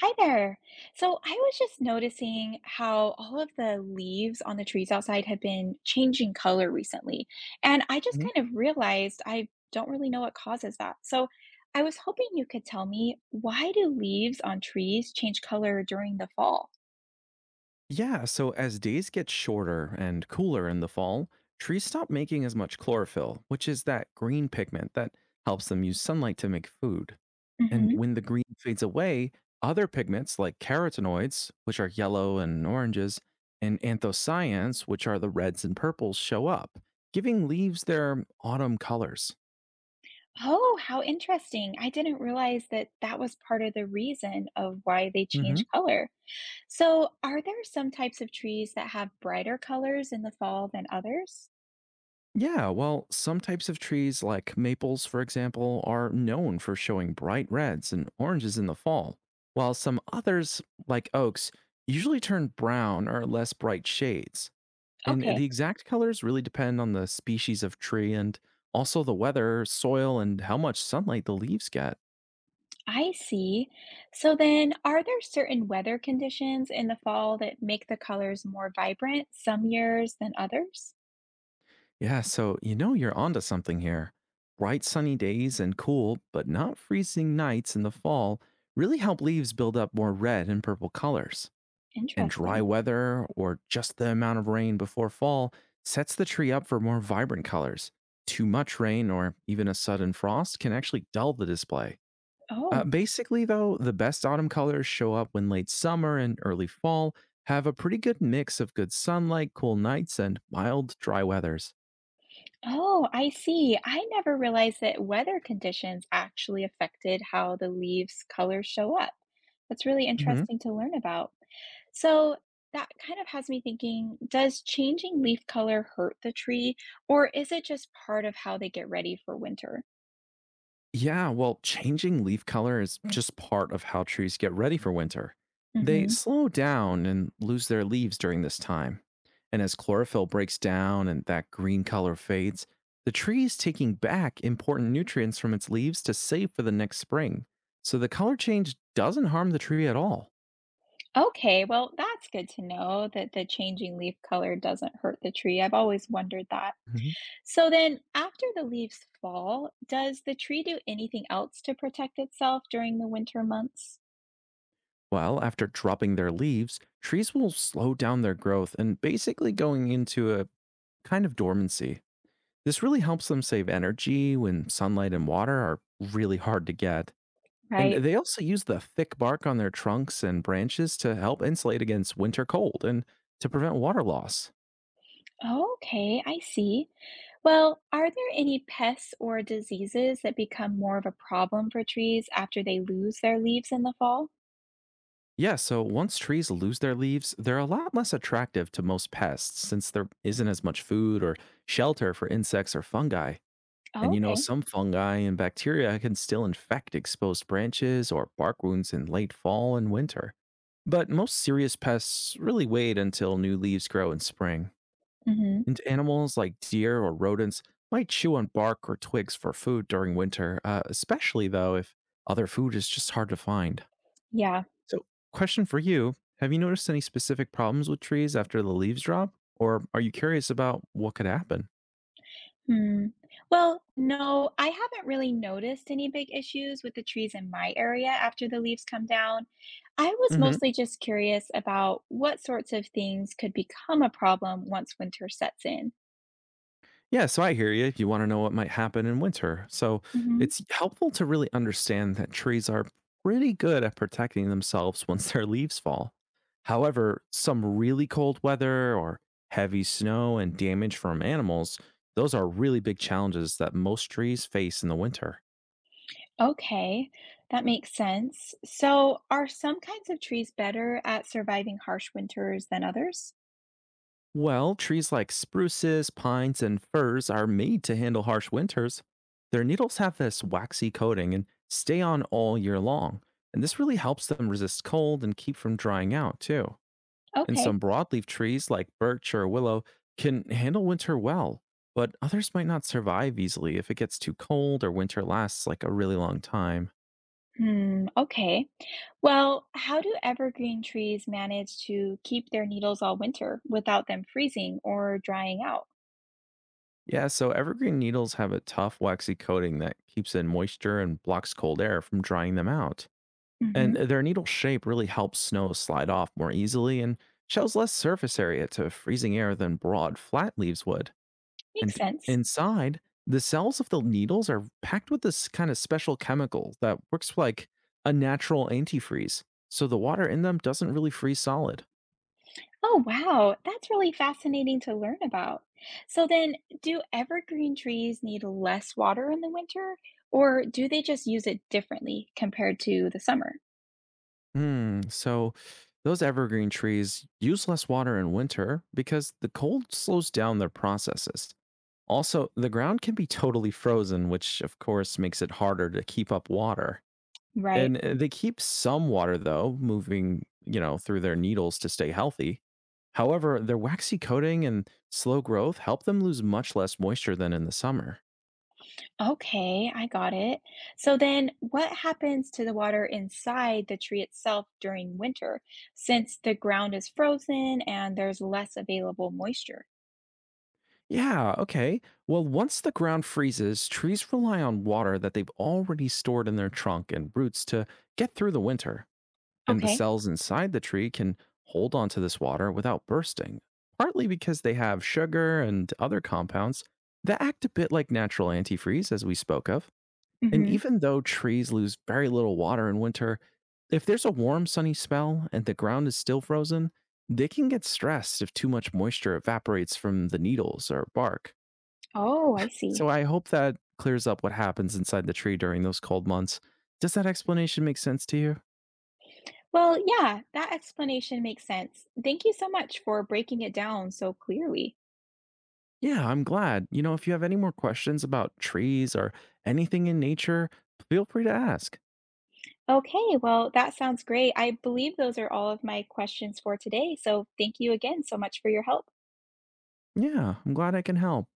Hi there. So I was just noticing how all of the leaves on the trees outside have been changing color recently. And I just Mhm. kind of realized I don't really know what causes that. So I was hoping you could tell me, why do leaves on trees change color during the fall? Yeah, so as days get shorter and cooler in the fall, trees stop making as much chlorophyll, which is that green pigment that helps them use sunlight to make food. And Hmm. when the green fades away, other pigments like carotenoids, which are yellow and oranges, and anthocyans, which are the reds and purples, show up, giving leaves their autumn colors. Oh, how interesting. I didn't realize that that was part of the reason of why they change color. So are there some types of trees that have brighter colors in the fall than others? Yeah, well, some types of trees, like maples, for example, are known for showing bright reds and oranges in the fall, while some others, like oaks, usually turn brown or less bright shades. And Okay. the exact colors really depend on the species of tree and also the weather, soil, and how much sunlight the leaves get. I see. So then, are there certain weather conditions in the fall that make the colors more vibrant some years than others? Yeah, so you know you're onto something here. Bright sunny days and cool, but not freezing nights in the fall really help leaves build up more red and purple colors. And dry Interesting. weather or just the amount of rain before fall sets the tree up for more vibrant colors. Too much rain or even a sudden frost can actually dull the display. Oh, Basically, though, the best autumn colors show up when late summer and early fall have a pretty good mix of good sunlight, cool nights, and mild, dry weathers. oh, I see. I never realized that weather conditions actually affected how the leaves' colors show up. That's really Mhm. interesting to learn about. So that kind of has me thinking, does changing leaf color hurt the tree, or is it just part of how they get ready for winter? Yeah, well, changing leaf color is just part of how trees get ready for winter. They Mm-hmm. slow down and lose their leaves during this time. And as chlorophyll breaks down and that green color fades, the tree is taking back important nutrients from its leaves to save for the next spring. So the color change doesn't harm the tree at all. Okay, well, that's good to know that the changing leaf color doesn't hurt the tree. I've always wondered that. Mhm. So then, after the leaves fall, does the tree do anything else to protect itself during the winter months? Well, after dropping their leaves, trees will slow down their growth and basically going into a kind of dormancy. This really helps them save energy when sunlight and water are really hard to get. And Right. they also use the thick bark on their trunks and branches to help insulate against winter cold and to prevent water loss. Okay, I see. Well, are there any pests or diseases that become more of a problem for trees after they lose their leaves in the fall? Yeah, so once trees lose their leaves, they're a lot less attractive to most pests since there isn't as much food or shelter for insects or fungi. And Okay. some fungi and bacteria can still infect exposed branches or bark wounds in late fall and winter. But most serious pests really wait until new leaves grow in spring. Hmm. And animals like deer or rodents might chew on bark or twigs for food during winter, especially though if other food is just hard to find. Yeah. So, question for you. Have you noticed any specific problems with trees after the leaves drop? Or are you curious about what could happen? Hmm. Well, no, I haven't really noticed any big issues with the trees in my area after the leaves come down. I was Hmm. mostly just curious about what sorts of things could become a problem once winter sets in. Yeah, so I hear you. You want to know what might happen in winter. So Hmm. it's helpful to really understand that trees are pretty good at protecting themselves once their leaves fall. However, some really cold weather or heavy snow and damage from animals, those are really big challenges that most trees face in the winter. Okay, that makes sense. So, are some kinds of trees better at surviving harsh winters than others? Well, trees like spruces, pines, and firs are made to handle harsh winters. Their needles have this waxy coating and stay on all year long, and this really helps them resist cold and keep from drying out, too. And Okay. some broadleaf trees like birch or willow can handle winter well, but others might not survive easily if it gets too cold or winter lasts like a really long time. Hmm, okay. Well, how do evergreen trees manage to keep their needles all winter without them freezing or drying out? Yeah, so evergreen needles have a tough, waxy coating that keeps in moisture and blocks cold air from drying them out. And Hmm. their needle shape really helps snow slide off more easily and shows less surface area to freezing air than broad, flat leaves would. Makes And sense. inside, the cells of the needles are packed with this kind of special chemical that works like a natural antifreeze, so the water in them doesn't really freeze solid. Oh, wow. That's really fascinating to learn about. So then, do evergreen trees need less water in the winter, or do they just use it differently compared to the summer? Hmm, so those evergreen trees use less water in winter because the cold slows down their processes. Also, the ground can be totally frozen, which of course makes it harder to keep up water. Right. And they keep some water though, moving, through their needles to stay healthy. However, their waxy coating and slow growth help them lose much less moisture than in the summer. Okay, I got it. So then, what happens to the water inside the tree itself during winter since the ground is frozen and there's less available moisture? Yeah, okay. Well, once the ground freezes, trees rely on water that they've already stored in their trunk and roots to get through the winter. And the Okay. cells inside the tree can hold onto this water without bursting, partly because they have sugar and other compounds that act a bit like natural antifreeze, as we spoke of. And Mm-hmm. even though trees lose very little water in winter, if there's a warm, sunny spell and the ground is still frozen, they can get stressed if too much moisture evaporates from the needles or bark. Oh, I see. So I hope that clears up what happens inside the tree during those cold months. Does that explanation make sense to you? Well, yeah, that explanation makes sense. Thank you so much for breaking it down so clearly. Yeah, I'm glad. If you have any more questions about trees or anything in nature, feel free to ask. Okay, well, that sounds great. I believe those are all of my questions for today. So thank you again so much for your help. Yeah, I'm glad I can help.